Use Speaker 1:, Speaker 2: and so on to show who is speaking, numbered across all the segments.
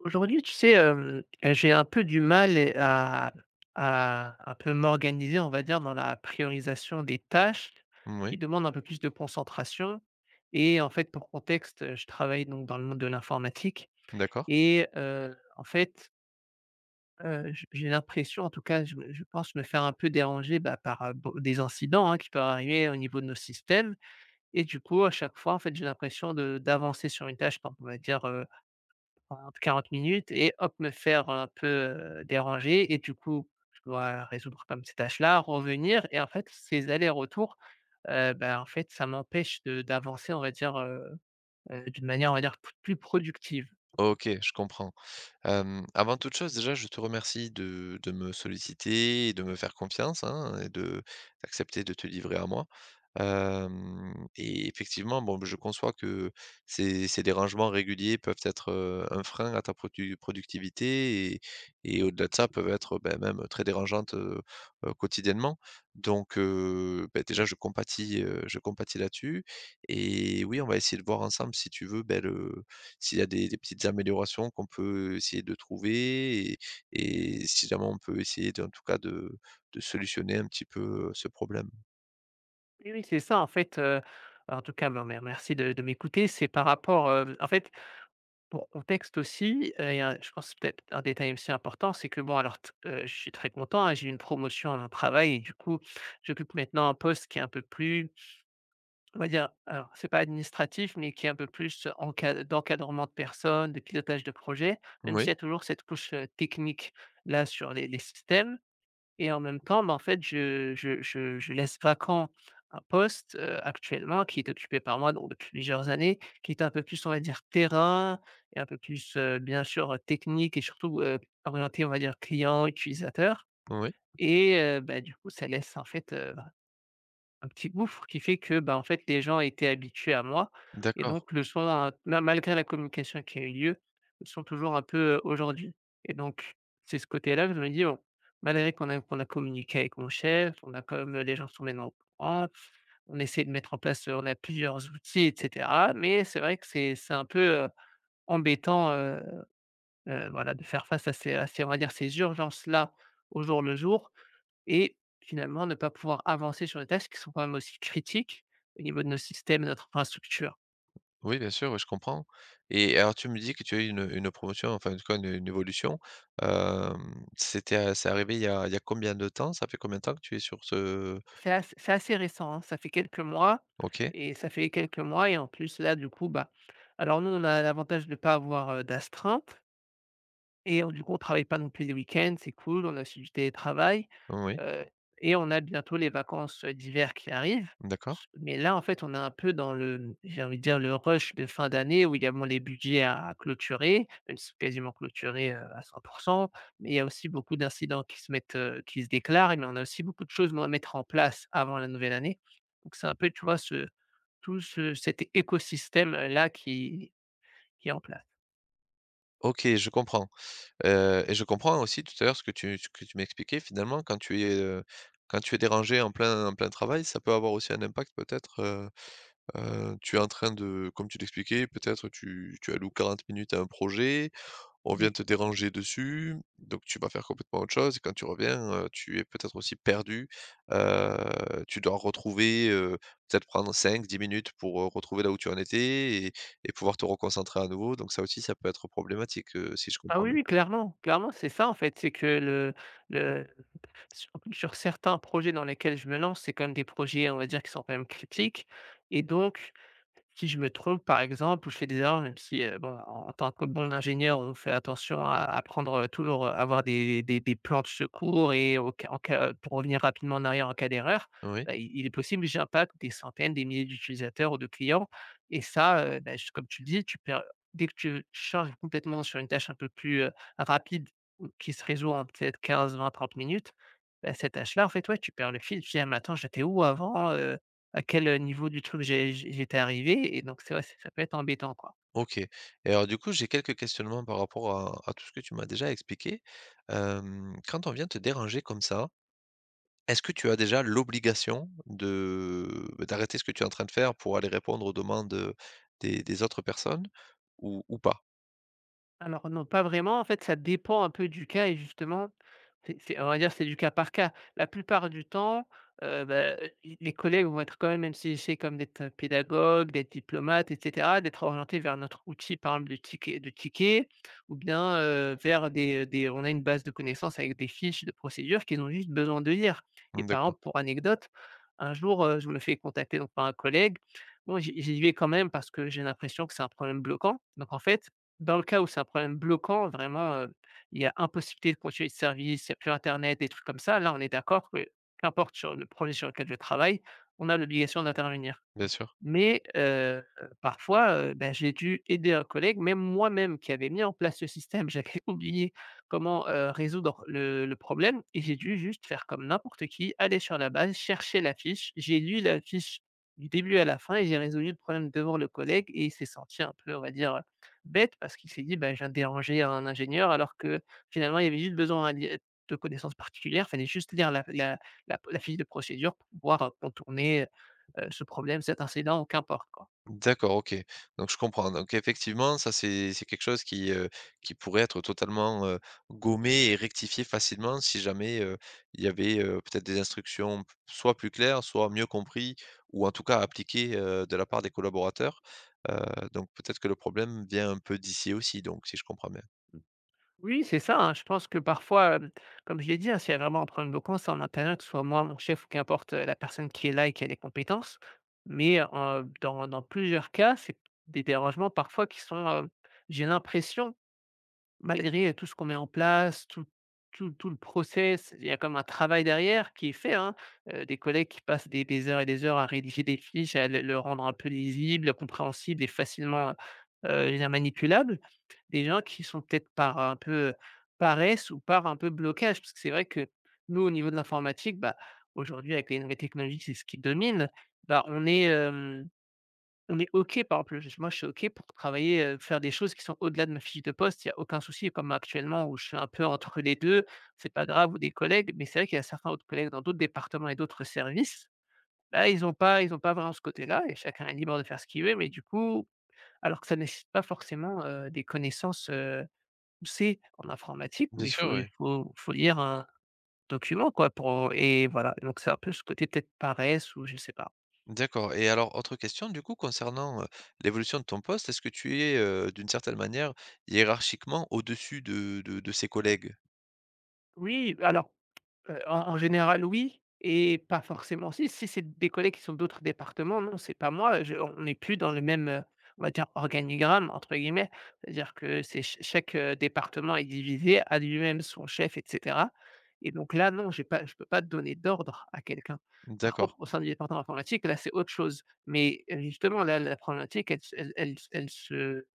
Speaker 1: Aujourd'hui, tu sais, j'ai un peu du mal et à un peu m'organiser, on va dire, dans la priorisation des tâches qui
Speaker 2: Oui,
Speaker 1: demandent un peu plus de concentration et en fait, pour contexte, je travaille donc dans le monde de l'informatique
Speaker 2: d'accord.
Speaker 1: et en fait, j'ai l'impression, en tout cas, je pense me faire un peu déranger, bah, par, beau des incidents, hein, qui peuvent arriver au niveau de nos systèmes et du coup, à chaque fois, en fait, j'ai l'impression de d'avancer sur une tâche, par on va dire, 30-40 minutes et hop, me faire un peu, déranger et du coup, je dois résoudre comme ces tâches-là, revenir et en fait, ces allers-retours, bah, en fait, ça m'empêche de d'avancer, on va dire, d'une manière, on va dire, p plus productive.
Speaker 2: OK, je comprends. Avant toute chose, déjà, je te remercie de me solliciter et de me faire confiance, hein, et de d'accepter de te livrer à moi. Et effectivement, bon, je conçois que ces dérangements réguliers peuvent être, un frein à ta productivité et au-delà de ça, peuvent être, beh, même très dérangeantes, quotidiennement. Donc beh, déjà, je compatis là-dessus et oui, on va essayer de voir ensemble si tu veux, beh, le s'il y a des petites améliorations qu'on peut essayer de trouver et si jamais on peut essayer de en tout cas de solutionner un petit peu, ce problème.
Speaker 1: Oui, oui, c'est ça, en fait, en tout cas, ben, merci de m'écouter. C'est par rapport, en fait. Pour contexte aussi, il un je pense peut-être un détail aussi important, c'est que bon alors t je suis très content, hein, j'ai eu une promotion à mon travail et du coup, j'occupe maintenant un poste qui est un peu plus, on va dire, alors c'est pas administratif, mais qui est un peu plus enca d'encadrement de personnes, de pilotage de projet, même
Speaker 2: Oui,
Speaker 1: s'il y a toujours cette couche, technique là sur les systèmes. Et en même temps, bah, en fait, je laisse vacant un poste, actuellement qui est occupé par moi donc depuis plusieurs années, qui est un peu plus, on va dire, terrain et un peu plus, bien sûr, technique et surtout, orienté, on va dire, client, utilisateur
Speaker 2: oui,
Speaker 1: et bah, du coup, ça laisse en fait, un petit gouffre qui fait que, bah, en fait, les gens étaient habitués à moi et
Speaker 2: d'accord.
Speaker 1: donc le sont à malgré la communication qui a eu lieu, le sont toujours un peu, aujourd'hui et donc c'est ce côté-là que je me dis: «Bon, malgré qu'on a communiqué avec mon chef, on a quand même les gens sont maintenant au courant, on essaie de mettre en place, on a plusieurs outils et cetera», mais c'est vrai que c'est un peu, embêtant, voilà, de faire face à ces, on va dire, ces urgences-là au jour le jour et finalement ne pas pouvoir avancer sur les tâches qui sont quand même aussi critiques au niveau de nos systèmes et notre infrastructure.
Speaker 2: Oui, bien sûr, oui, je comprends et alors tu me dis que tu as eu une promotion, enfin, en tout cas une évolution, c'est arrivé il y a combien de temps? Ça fait combien de temps que tu es sur ce
Speaker 1: C'est assez récent, hein, ça fait quelques mois
Speaker 2: OK,
Speaker 1: et ça fait quelques mois et en plus là, du coup, bah, alors nous, on a l'avantage de ne pas avoir, d'astreinte. Et du coup, on travaille pas non plus les week-ends, c'est cool, on a aussi du télétravail,
Speaker 2: oui,
Speaker 1: heu et on a bientôt les vacances, d'hiver qui arrivent.
Speaker 2: d'accord.
Speaker 1: Mais là, en fait, on est un peu dans le, j'ai envie de dire le rush de fin d'année où il y a, bon, les budgets à clôturer, même si c'est quasiment clôturé, à 100, mais il y a aussi beaucoup d'incidents qui se mettent, qui se déclarent, mais on a aussi beaucoup de choses, bon, à mettre en place avant la nouvelle année. Donc c'est un peu, tu vois, ce tout ce cet écosystème, là qui est en place.
Speaker 2: OK, je comprends. Et je comprends aussi tout à l'heure ce que tu m'expliquais finalement quand tu es dérangé en plein travail, ça peut avoir aussi un impact peut-être, tu es en train de comme tu l'expliquais, peut-être tu alloues 40 minutes à un projet, on vient
Speaker 1: Oui.
Speaker 2: te déranger dessus, donc tu vas faire complètement autre chose et quand tu reviens, tu es peut-être aussi perdu, tu dois retrouver, peut-être prendre 5, 10 minutes pour, retrouver là où tu en étais et pouvoir te reconcentrer à nouveau, donc ça aussi, ça peut être problématique, si je
Speaker 1: Ah
Speaker 2: comprends
Speaker 1: oui,
Speaker 2: bien.
Speaker 1: oui, clairement, clairement, c'est ça en fait, c'est que le sur certains projets dans lesquels je me lance, c'est quand même des projets, on va dire, qui sont quand même critiques et donc, si je me trompe, par exemple, ou je fais des erreurs, même si, bon, en tant que bon ingénieur, on fait attention à prendre, toujours, avoir des plans de secours et au cas en cas, pour revenir rapidement en arrière en cas d'erreur,
Speaker 2: Oui?
Speaker 1: bah, il est possible que j'impacte des centaines, des milliers d'utilisateurs ou de clients et ça, bah, j comme tu le dis, tu perds dès que tu changes complètement sur une tâche un peu plus, rapide ou qui se résout en peut être 15, 20, 30 minutes. Bah, cette tâche-là, en fait, ouais, tu perds le fil. Tu dis: «Ah mais attends, j'étais où avant?» à quel, niveau du truc j'étais arrivé et donc c'est vrai, ç ça peut être embêtant, quoi.
Speaker 2: OK. Et alors du coup, j'ai quelques questionnements par rapport à tout ce que tu m'as déjà expliqué. Quand on vient te déranger comme ça, est-ce que tu as déjà l'obligation de, bah, d'arrêter ce que tu es en train de faire pour aller répondre aux demandes, des autres personnes ou pas?
Speaker 1: Alors non, pas vraiment. En fait, ça dépend un peu du cas et justement, c'est on va dire, c'est du cas par cas. La plupart du temps, bah, les collègues vont être quand même si j'essaie comme d'être pédagogue, d'être diplomate et cetera, d'être orientés vers notre outil, par exemple de ticket, ou bien, vers des on a une base de connaissances avec des fiches de procédures qu'ils ont juste besoin de lire et
Speaker 2: Mmh,
Speaker 1: par
Speaker 2: d'accord,
Speaker 1: exemple, pour anecdote, un jour, je me fais contacter donc par un collègue. Bon, j'y vais quand même parce que j'ai l'impression que c'est un problème bloquant. Donc en fait, dans le cas où c'est un problème bloquant, vraiment, il y a impossibilité de continuer de service, il n'y a plus internet, des trucs comme ça, là, on est d'accord que qu'importe sur le projet sur lequel je travaille, on a l'obligation d'intervenir.
Speaker 2: bien sûr.
Speaker 1: Mais parfois, bah, j'ai dû aider un collègue, même moi-même qui avait mis en place ce système, j'avais oublié comment, résoudre le problème et j'ai dû juste faire comme n'importe qui, aller sur la base, chercher la fiche. J'ai lu la fiche du début à la fin et j'ai résolu le problème devant le collègue et il s'est senti un peu, on va dire, bête parce qu'il s'est dit: «Bah, je viens de déranger un ingénieur», alors que finalement il y avait juste besoin de connaissances particulières. Il fallait juste lire la fiche de procédure pour pouvoir contourner, ce problème, cet incident ou qu'importe, quoi.
Speaker 2: D'accord, OK. Donc je comprends. Donc effectivement, ça c'est quelque chose qui pourrait être totalement, gommé et rectifié facilement si jamais, il y avait, peut-être des instructions p soit plus claires, soit mieux compris ou en tout cas appliquées, de la part des collaborateurs. Heu, donc peut-être que le problème vient un peu d'ici aussi, donc si je comprends bien?
Speaker 1: Oui, c'est ça, hein. Je pense que parfois, comme je l'ai dit, hein, s'il y a vraiment un problème de coin, c'est en interne, que ce soit moi, mon chef ou qu'importe, la personne qui est là et qui a les compétences. Mais, dans plusieurs cas, c'est des dérangements parfois qui sont, j'ai l'impression. Malgré tout ce qu'on met en place, tout le process, il y a comme un travail derrière qui est fait, hein. Des collègues qui passent des heures et des heures à rédiger des fiches, à le rendre un peu lisible, compréhensible et facilement, je veux dire manipulable. Des gens qui sont peut-être par un peu paresse ou par un peu blocage. Parce que c'est vrai que nous, au niveau de l'informatique, bah, aujourd'hui avec les nouvelles technologies, c'est ce qui domine. Bah, on est OK, par exemple, je moi, je suis OK pour travailler, faire des choses qui sont au-delà de ma fiche de poste. Il y a aucun souci, comme actuellement où je suis un peu entre les deux, c'est pas grave ou des collègues, mais c'est vrai qu'il y a certains autres collègues dans d'autres départements et d'autres services, là ils ont pas vraiment ce côté-là et chacun est libre de faire ce qu'il veut, mais du coup, alors que ça ne nécessite pas forcément, des connaissances, poussées en informatique où
Speaker 2: Bien
Speaker 1: il
Speaker 2: sûr,
Speaker 1: faut
Speaker 2: oui.
Speaker 1: il faut faut lire un document, quoi, pour et voilà, donc c'est un peu ce côté peut-être paresse ou je sais pas.
Speaker 2: D'accord et alors autre question du coup concernant, l'évolution de ton poste, est-ce que tu es, d'une certaine manière hiérarchiquement au-dessus de de ses collègues?
Speaker 1: Oui, alors, en général, oui et pas forcément, si, c'est des collègues qui sont d'autres départements, non, c'est pas moi, je on n'est plus dans le même, on va dire «organigramme» entre guillemets. C'est-à-dire que c'est ch chaque, département est divisé, a lui-même son chef et cetera, et donc là, non, j'ai pas je peux pas donner d'ordre à quelqu'un. Par
Speaker 2: D'accord.
Speaker 1: contre, au sein du département informatique, là, c'est autre chose, mais, justement, là, la problématique, elle se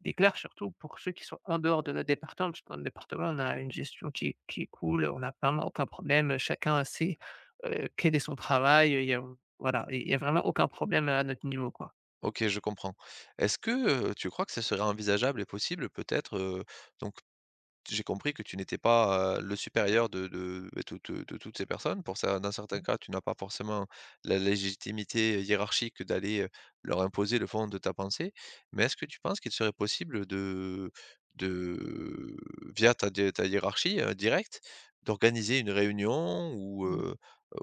Speaker 1: déclare surtout pour ceux qui sont en dehors de notre département, parce que dans le département, on a une gestion qui est cool, on n'a vraiment aucun problème, chacun sait, quel est son travail, il y a voilà, il y a vraiment aucun problème à notre niveau, quoi.
Speaker 2: OK, je comprends. Est-ce que, tu crois que ça serait envisageable et possible peut-être, donc j'ai compris que tu n'étais pas, le supérieur de de toutes, de toutes ces personnes. Pour ça, dans certains
Speaker 1: Mmh.
Speaker 2: cas, tu n'as pas forcément la légitimité hiérarchique d'aller, leur imposer le fond de ta pensée. Mais est-ce que tu penses qu'il serait possible de via ta di ta hiérarchie, directe, d'organiser une réunion
Speaker 1: Mmh, mmh.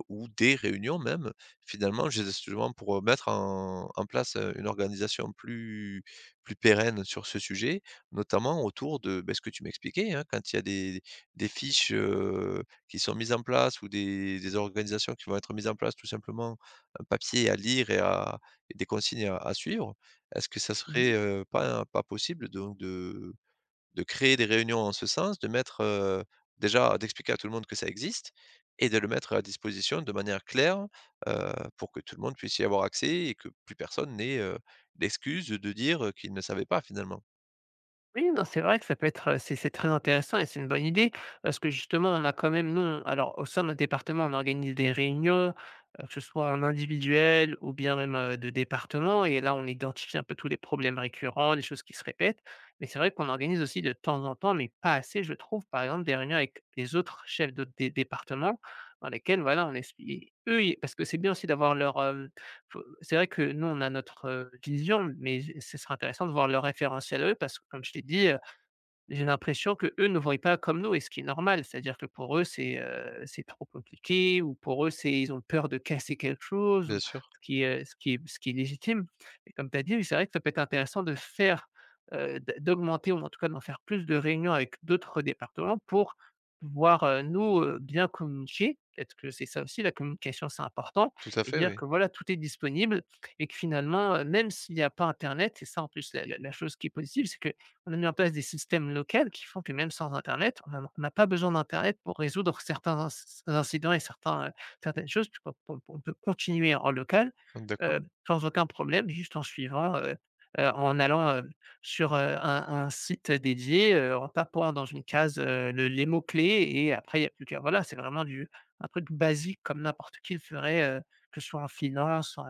Speaker 2: ou des réunions même, finalement, justement pour, mettre en place, une organisation plus plus pérenne sur ce sujet. Notamment autour de, beh, ce que tu m'expliquais, hein, quand il y a des fiches, qui sont mises en place ou des organisations qui vont être mises en place, tout simplement, un papier à lire et à et des consignes à suivre. Est-ce que ça serait, pas pas possible donc de créer des réunions en ce sens, de mettre, déjà d'expliquer à tout le monde que ça existe et de le mettre à disposition de manière claire, pour que tout le monde puisse y avoir accès et que plus personne n'ait, l'excuse de dire, qu'il ne savait pas finalement?
Speaker 1: Oui, non, c'est vrai que ça peut être, c'est très intéressant et c'est une bonne idée, parce que justement, on a quand même nous, on, alors au sein de notre département, on organise des réunions, que ce soit en individuel ou bien même, de département et là, on identifie un peu tous les problèmes récurrents, les choses qui se répètent. Mais c'est vrai qu'on organise aussi de temps en temps, mais pas assez, je trouve, par exemple, des réunions avec les autres chefs de dé départements dans lesquels, voilà, on expli eux, ils parce que c'est bien aussi d'avoir leur, faut c'est vrai que nous, on a notre, vision, mais ce sera intéressant de voir leur référentiel à eux parce que comme je t'ai dit, j'ai l'impression que eux ne voient pas comme nous et ce qui est normal, c'est-à-dire que pour eux, c'est trop compliqué ou pour eux, c'est ils ont peur de casser quelque chose
Speaker 2: Bien
Speaker 1: ou
Speaker 2: sûr.
Speaker 1: ce qui est ce qui est ce qui est légitime et comme tu as dit, oui, c'est vrai que ça peut être intéressant de faire, d'augmenter ou en tout cas d'en faire plus de réunions avec d'autres départements pour pouvoir, nous, bien communiquer. Peut-être que c'est ça aussi la communication, c'est important
Speaker 2: Tout à
Speaker 1: et
Speaker 2: fait,
Speaker 1: dire
Speaker 2: oui.
Speaker 1: que voilà, tout est disponible et que finalement, même s'il y a pas internet, c'est ça en plus la chose qui est positive, c'est que on a mis en place des systèmes locaux qui font que même sans internet, on n'a pas besoin d'internet pour résoudre certains incidents et certains, certaines choses. Tu vois? On peut continuer en local,
Speaker 2: Donc, d'ac
Speaker 1: heu, sans aucun problème, juste en suivant, en allant, sur, un site dédié, en tapant dans une case, le les mots clés et après il y a plus qu'à, voilà, c'est vraiment du un truc basique comme n'importe qui le ferait, que ce soit en finance, en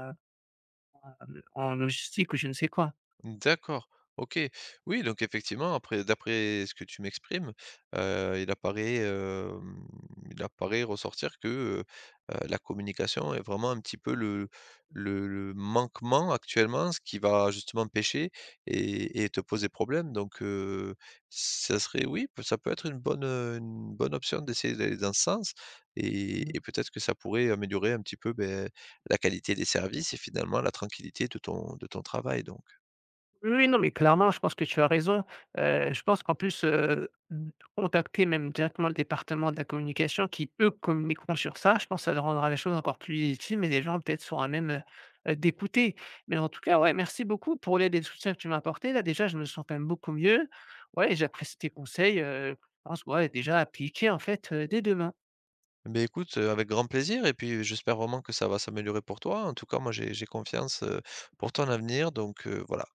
Speaker 1: logistique ou je ne sais quoi.
Speaker 2: D'accord, OK. Oui, donc effectivement, après d'après ce que tu m'exprimes, il apparaît, il apparaît ressortir que, la communication est vraiment un petit peu le
Speaker 1: Mmh,
Speaker 2: le le manquement actuellement, ce qui va justement pêcher et te poser problème. Donc ça serait oui, p ça peut être une bonne option d'essayer d'aller dans ce sens
Speaker 1: mmh.
Speaker 2: et peut-être que ça pourrait améliorer un petit peu, beh, la qualité des services et finalement la tranquillité de ton travail donc.
Speaker 1: Oui, oui, non, mais clairement, je pense que tu as raison. Je pense qu'en plus, d contacter même directement le département de la communication qui, eux, communiqueront sur ça, je pense que ça rendra les choses encore plus légitimes et les gens peut-être seront à même, d'écouter. Mais en tout cas, ouais, merci beaucoup pour l'aide et le soutien que tu m'as apporté. Là, déjà, je me sens quand même beaucoup mieux. Ouais, j'apprécie tes conseils, je pense, ouais, déjà appliquer, en fait, dès demain.
Speaker 2: Beh, écoute, avec grand plaisir et puis j'espère vraiment que ça va s'améliorer pour toi. En tout cas, moi j'ai confiance, pour ton avenir donc voilà.